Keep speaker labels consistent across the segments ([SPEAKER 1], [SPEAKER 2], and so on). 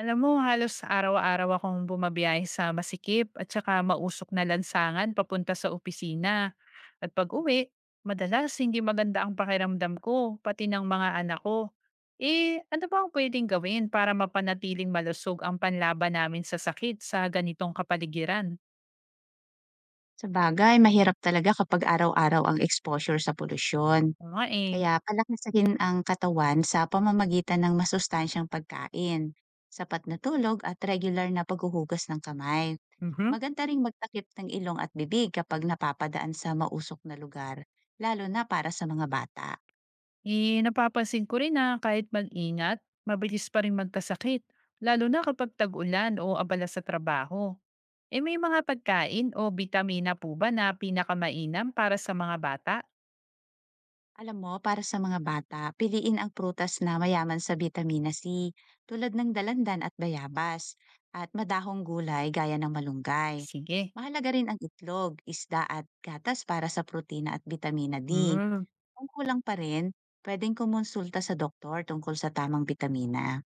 [SPEAKER 1] Alam mo halos araw-araw akong bumabiyahe sa masikip at saka mausok na lansangan papunta sa opisina. At pag-uwi, madalas hindi maganda ang pakiramdam ko, pati ng mga anak ko. Ano ba ang pwedeng gawin para mapanatiling malusog ang panlaban namin sa sakit sa ganitong kapaligiran?
[SPEAKER 2] Sabagay mahirap talaga kapag araw-araw ang exposure sa polusyon.
[SPEAKER 1] Oo nga eh.
[SPEAKER 2] Kaya palakasin ang katawan sa pamamagitan ng masustansyang pagkain, sapat na tulog at regular na paghuhugas ng kamay.
[SPEAKER 1] Mhm.
[SPEAKER 2] Maganda ring magtakip ng ilong at bibig kapag napapadaan sa mausok na lugar, lalo na para sa mga bata.
[SPEAKER 1] Napapansin ko rin na kahit mag-ingat, mabilis pa rin magkasakit, lalo na kapag tag-ulan o abala sa trabaho. May mga pagkain o bitamina po ba na pinakamainam para sa mga bata?
[SPEAKER 2] Alam mo, para sa mga bata, piliin ang prutas na mayaman sa vitamina C tulad ng dalandan at bayabas at madahong gulay gaya ng malunggay.
[SPEAKER 1] Sige.
[SPEAKER 2] Mahalaga rin ang itlog, isda at gatas para sa protina at vitamina D.
[SPEAKER 1] Hmm.
[SPEAKER 2] Kung kulang pa rin, pwedeng kumonsulta sa doktor tungkol sa tamang vitamina.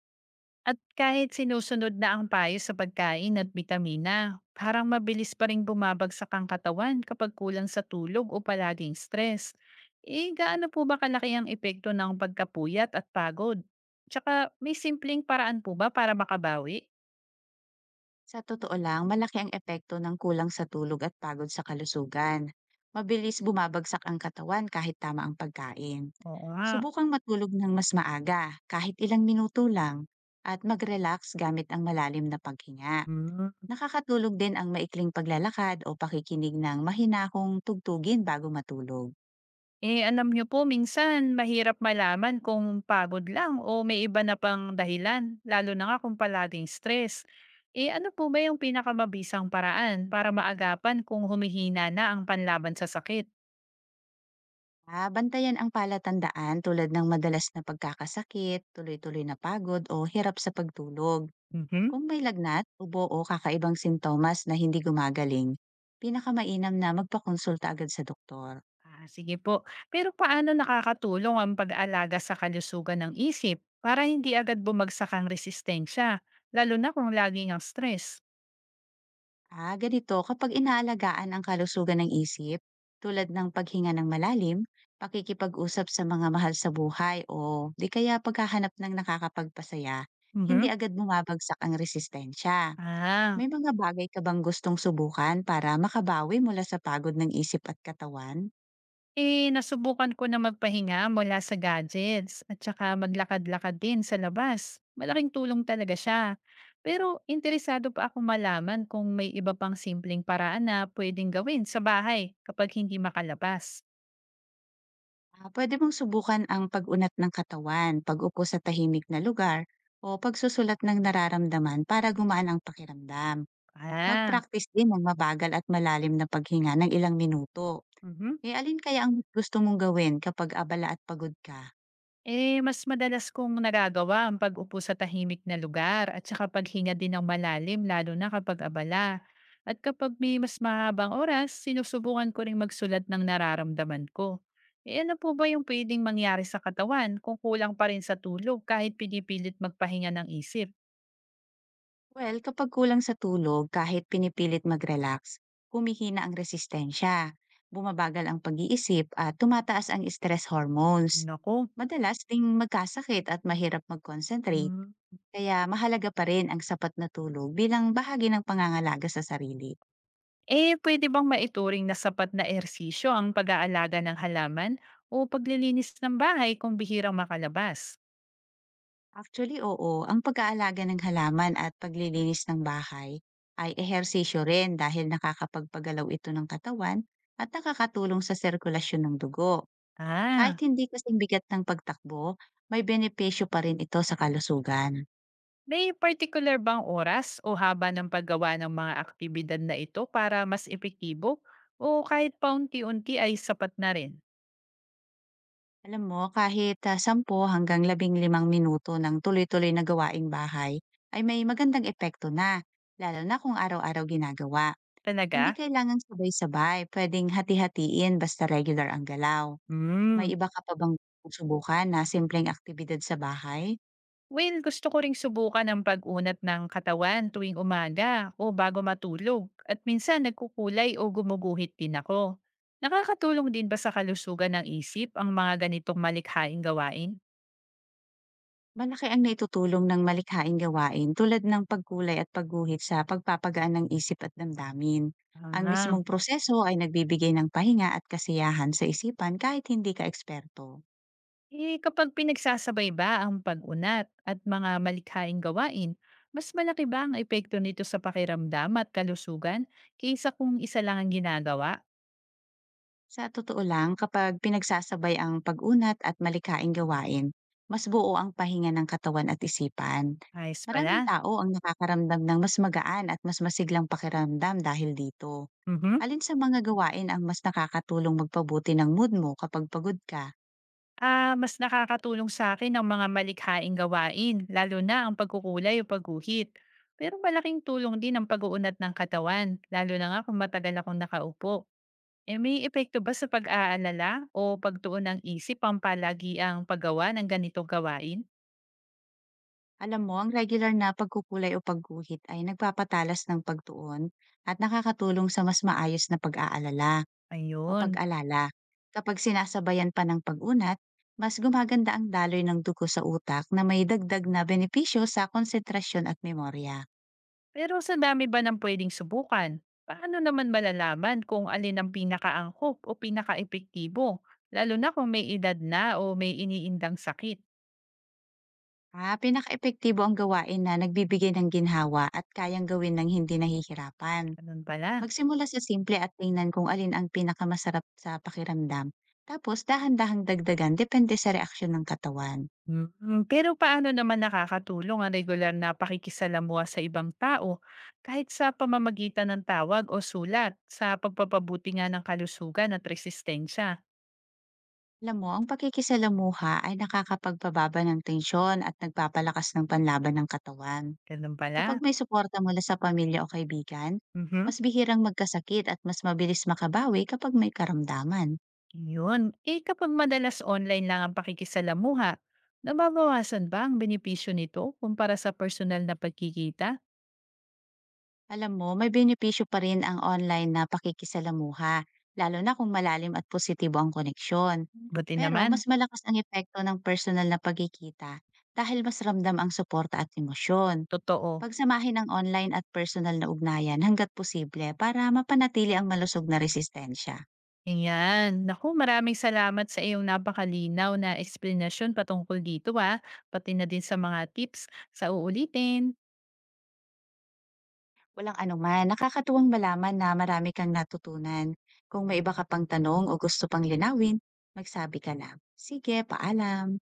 [SPEAKER 1] At kahit sinusunod na ang payo sa pagkain at bitamina, parang mabilis pa rin bumabagsak ang katawan kapag kulang sa tulog o palaging stress. Gaano po ba kalaki ang epekto ng pagkapuyat at pagod? Tsaka, may simpleng paraan po ba para makabawi?
[SPEAKER 2] Sa totoo lang, malaki ang epekto ng kulang sa tulog at pagod sa kalusugan. Mabilis bumabagsak ang katawan kahit tama ang pagkain.
[SPEAKER 1] Oo nga.
[SPEAKER 2] Subukang matulog ng mas maaga, kahit ilang minuto lang, at mag-relax gamit ang malalim na paghinga.
[SPEAKER 1] Hmm.
[SPEAKER 2] Nakakatulog din ang maikling paglalakad o pakikinig ng mahinahong tugtugin bago matulog.
[SPEAKER 1] Alam niyo po minsan mahirap malaman kung pagod lang o may iba na pang dahilan, lalo na nga kung palaging stress. Ano po ba yung pinakamabisang paraan para maagapan kung humihina na ang panlaban sa sakit?
[SPEAKER 2] Ah, bantayan ang palatandaan tulad ng madalas na pagkakasakit, tuloy-tuloy na pagod o hirap sa pagtulog.
[SPEAKER 1] Mhm.
[SPEAKER 2] Kung may lagnat, ubo o kakaibang sintomas na hindi gumagaling, pinakamainam na magpakonsulta agad sa doktor.
[SPEAKER 1] Ah, sige po. Pero paano nakakatulong ang pag-aalaga sa kalusugan ng isip para hindi agad bumagsak ang resistensya, lalo na kung laging ang stress?
[SPEAKER 2] Ah, ganito kapag inaalagaan ang kalusugan ng isip, tulad ng paghinga ng malalim, pakikipag-usap sa mga mahal sa buhay o di kaya paghahanap ng nakakapagpasaya, hindi
[SPEAKER 1] Mhm.
[SPEAKER 2] agad bumabagsak ang resistensya.
[SPEAKER 1] Ah,
[SPEAKER 2] May mga bagay ka bang gustong subukan para makabawi mula sa pagod ng isip at katawan?
[SPEAKER 1] Nasubukan ko na magpahinga mula sa gadgets at saka maglakad-lakad din sa labas. Malaking tulong talaga siya. Pero interesado pa ako malaman kung may iba pang simpleng paraan na pwedeng gawin sa bahay kapag hindi makalabas.
[SPEAKER 2] Ah, pwede mong subukan ang pag-unat ng katawan, pag-upo sa tahimik na lugar, o pagsusulat ng nararamdaman para gumaan ang pakiramdam.
[SPEAKER 1] Ah,
[SPEAKER 2] Mag-practice din ng mabagal at malalim na paghinga ng ilang minuto.
[SPEAKER 1] mhm.
[SPEAKER 2] E alin kaya ang gusto mong gawin kapag abala at pagod ka?
[SPEAKER 1] Mas madalas kong nagagawa ang pag-upo sa tahimik na lugar at saka paghinga din ng malalim lalo na kapag abala. At kapag may mas mahabang oras, sinusubukan ko ring magsulat ng nararamdaman ko. Ano po ba yung pwedeng mangyari sa katawan kung kulang pa rin sa tulog kahit pinipilit magpahinga ng isip?
[SPEAKER 2] Well, kapag kulang sa tulog, kahit pinipilit mag-relax, humihina ang resistensya, bumabagal ang pag-iisip at tumataas ang stress hormones.
[SPEAKER 1] Nako.
[SPEAKER 2] Madalas ding magkasakit at mahirap mag-concentrate.
[SPEAKER 1] Hmm.
[SPEAKER 2] Kaya mahalaga pa rin ang sapat na tulog bilang bahagi ng pangangalaga sa sarili.
[SPEAKER 1] Pwede bang maituring na sapat na ersisyo ang pag-aalaga ng halaman o paglilinis ng bahay kung bihirang makalabas?
[SPEAKER 2] Actually, oo, ang pag-aalaga ng halaman at paglilinis ng bahay ay ehersisyo rin dahil nakakapagpagalaw ito ng katawan at nakakatulong sa sirkulasyon ng dugo. Kahit
[SPEAKER 1] Ah,
[SPEAKER 2] hindi kasing bigat ng pagtakbo, may benepisyo pa rin ito sa kalusugan.
[SPEAKER 1] may particular bang oras o haba ng paggawa ng mga aktibidad na ito para mas epektibo? O kahit paunti-unti ay sapat na rin?
[SPEAKER 2] Alam mo, kahit 10 hanggang 15 minuto ng tuloy-tuloy na gawaing bahay ay may magandang epekto na, lalo na kung araw-araw ginagawa. Hindi
[SPEAKER 1] Talaga?
[SPEAKER 2] kailangang sabay-sabay, pwedeng hati-hatiin basta regular ang galaw. May
[SPEAKER 1] Hmm.
[SPEAKER 2] iba ka pa bang gustong subukan na simpleng aktibidad sa bahay?
[SPEAKER 1] Well, gusto ko ring subukan ang pag-unat ng katawan tuwing umaga o bago matulog. At minsan nagkukulay o gumuguhit din ako. Nakakatulong din ba sa kalusugan ng isip ang mga ganitong malikhaing gawain?
[SPEAKER 2] Malaki ang naitutulong ng malikhaing gawain tulad ng pagkulay at pagguhit sa pagpapagaan ng isip at damdamin. Ang
[SPEAKER 1] Ah,
[SPEAKER 2] mismong proseso ay nagbibigay ng pahinga at kasiyahan sa isipan kahit hindi ka eksperto.
[SPEAKER 1] Kapag pinagsasabay ba ang pag-unat at mga malikhaing gawain, mas malaki ba ang epekto nito sa pakiramdam at kalusugan kaysa kung isa lang ang ginagawa?
[SPEAKER 2] Sa totoo lang, kapag pinagsasabay ang pag-unat at malikaing gawain, mas buo ang pahinga ng katawan at isipan.
[SPEAKER 1] Ayos
[SPEAKER 2] Maraming
[SPEAKER 1] pala.
[SPEAKER 2] tao ang nakakaramdam ng mas magaan at mas masiglang pakiramdam dahil dito.
[SPEAKER 1] Mhm.
[SPEAKER 2] Alin sa mga gawain ang mas nakakatulong magpabuti ng mood mo kapag pagod ka?
[SPEAKER 1] Ah, mas nakakatulong sa akin ang mga malikhaing gawain, lalo na ang pagkukulay o pagguhit. Pero malaking tulong din ang pag-uunat ng katawan, lalo na nga kung matagal akong nakaupo. May epekto ba sa pag-aalala o pagtuon ng isip ang palagi ang paggawa ng ganitong gawain?
[SPEAKER 2] Alam mo, ang regular na pagkukulay o pagguhit ay nagpapatalas ng pagtuon at nakakatulong sa mas maayos na pag-aalala o
[SPEAKER 1] Ayun.
[SPEAKER 2] pag-alala. Kapag sinasabayan pa ng pag-unat, mas gumaganda ang daloy ng dugo sa utak na may dagdag na benepisyo sa konsentrasyon at memorya.
[SPEAKER 1] Pero sa dami ba ng puwedeng subukan, paano naman malalaman kung alin ang pinakaangkop o pinakaepektibo, lalo na kung may edad na o may iniindang sakit?
[SPEAKER 2] Ah, pinaka-epektibo ang gawain na nagbibigay ng ginhawa at kayang gawin ng hindi nahihirapan.
[SPEAKER 1] Ganun pala.
[SPEAKER 2] Magsimula sa simple at tingnan kung alin ang pinakamasarap sa pakiramdam. Tapos dahan-dahang dagdagan depende sa reaksyon ng katawan.
[SPEAKER 1] Mm, pero paano naman nakakatulong ang regular na pakikisalamuha sa ibang tao kahit sa pamamagitan ng tawag o sulat sa pagpapabuti nga ng kalusugan at resistensya?
[SPEAKER 2] Alam mo, ang pakikisalamuha ay nakakapagpababa ng tensyon at nagpapalakas ng panlaban ng katawan.
[SPEAKER 1] Ganun
[SPEAKER 2] Kapag
[SPEAKER 1] pala.
[SPEAKER 2] may suporta mula sa pamilya o kaibigan,
[SPEAKER 1] Mhm.
[SPEAKER 2] mas bihirang magkasakit at mas mabilis makabawi kapag may karamdaman.
[SPEAKER 1] Yun. Eh kapag madalas online lang ang pakikisalamuha, nababawasan ba ang benepisyo nito kumpara sa personal na pagkikita?
[SPEAKER 2] Alam mo, may benepisyo pa rin ang online na pakikisalamuha, lalo na kung malalim at positibo ang koneksyon.
[SPEAKER 1] Buti
[SPEAKER 2] Pero
[SPEAKER 1] naman.
[SPEAKER 2] mas malakas ang epekto ng personal na pagkikita dahil mas ramdam ang suporta at emosyon.
[SPEAKER 1] Totoo.
[SPEAKER 2] Pagsamahin ang online at personal na ugnayan hanggat posible para mapanatili ang malusog na resistensya.
[SPEAKER 1] Ayan. Naku, maraming salamat sa iyong napakalinaw na eksplanasyon patungkol dito ah, pati na din sa mga tips. Sa uulitin.
[SPEAKER 2] Walang anuman, nakakatuwang malaman na marami kang natutunan. Kung may iba ka pang tanong o gusto pang linawin, magsabi ka lang. Sige, paalam.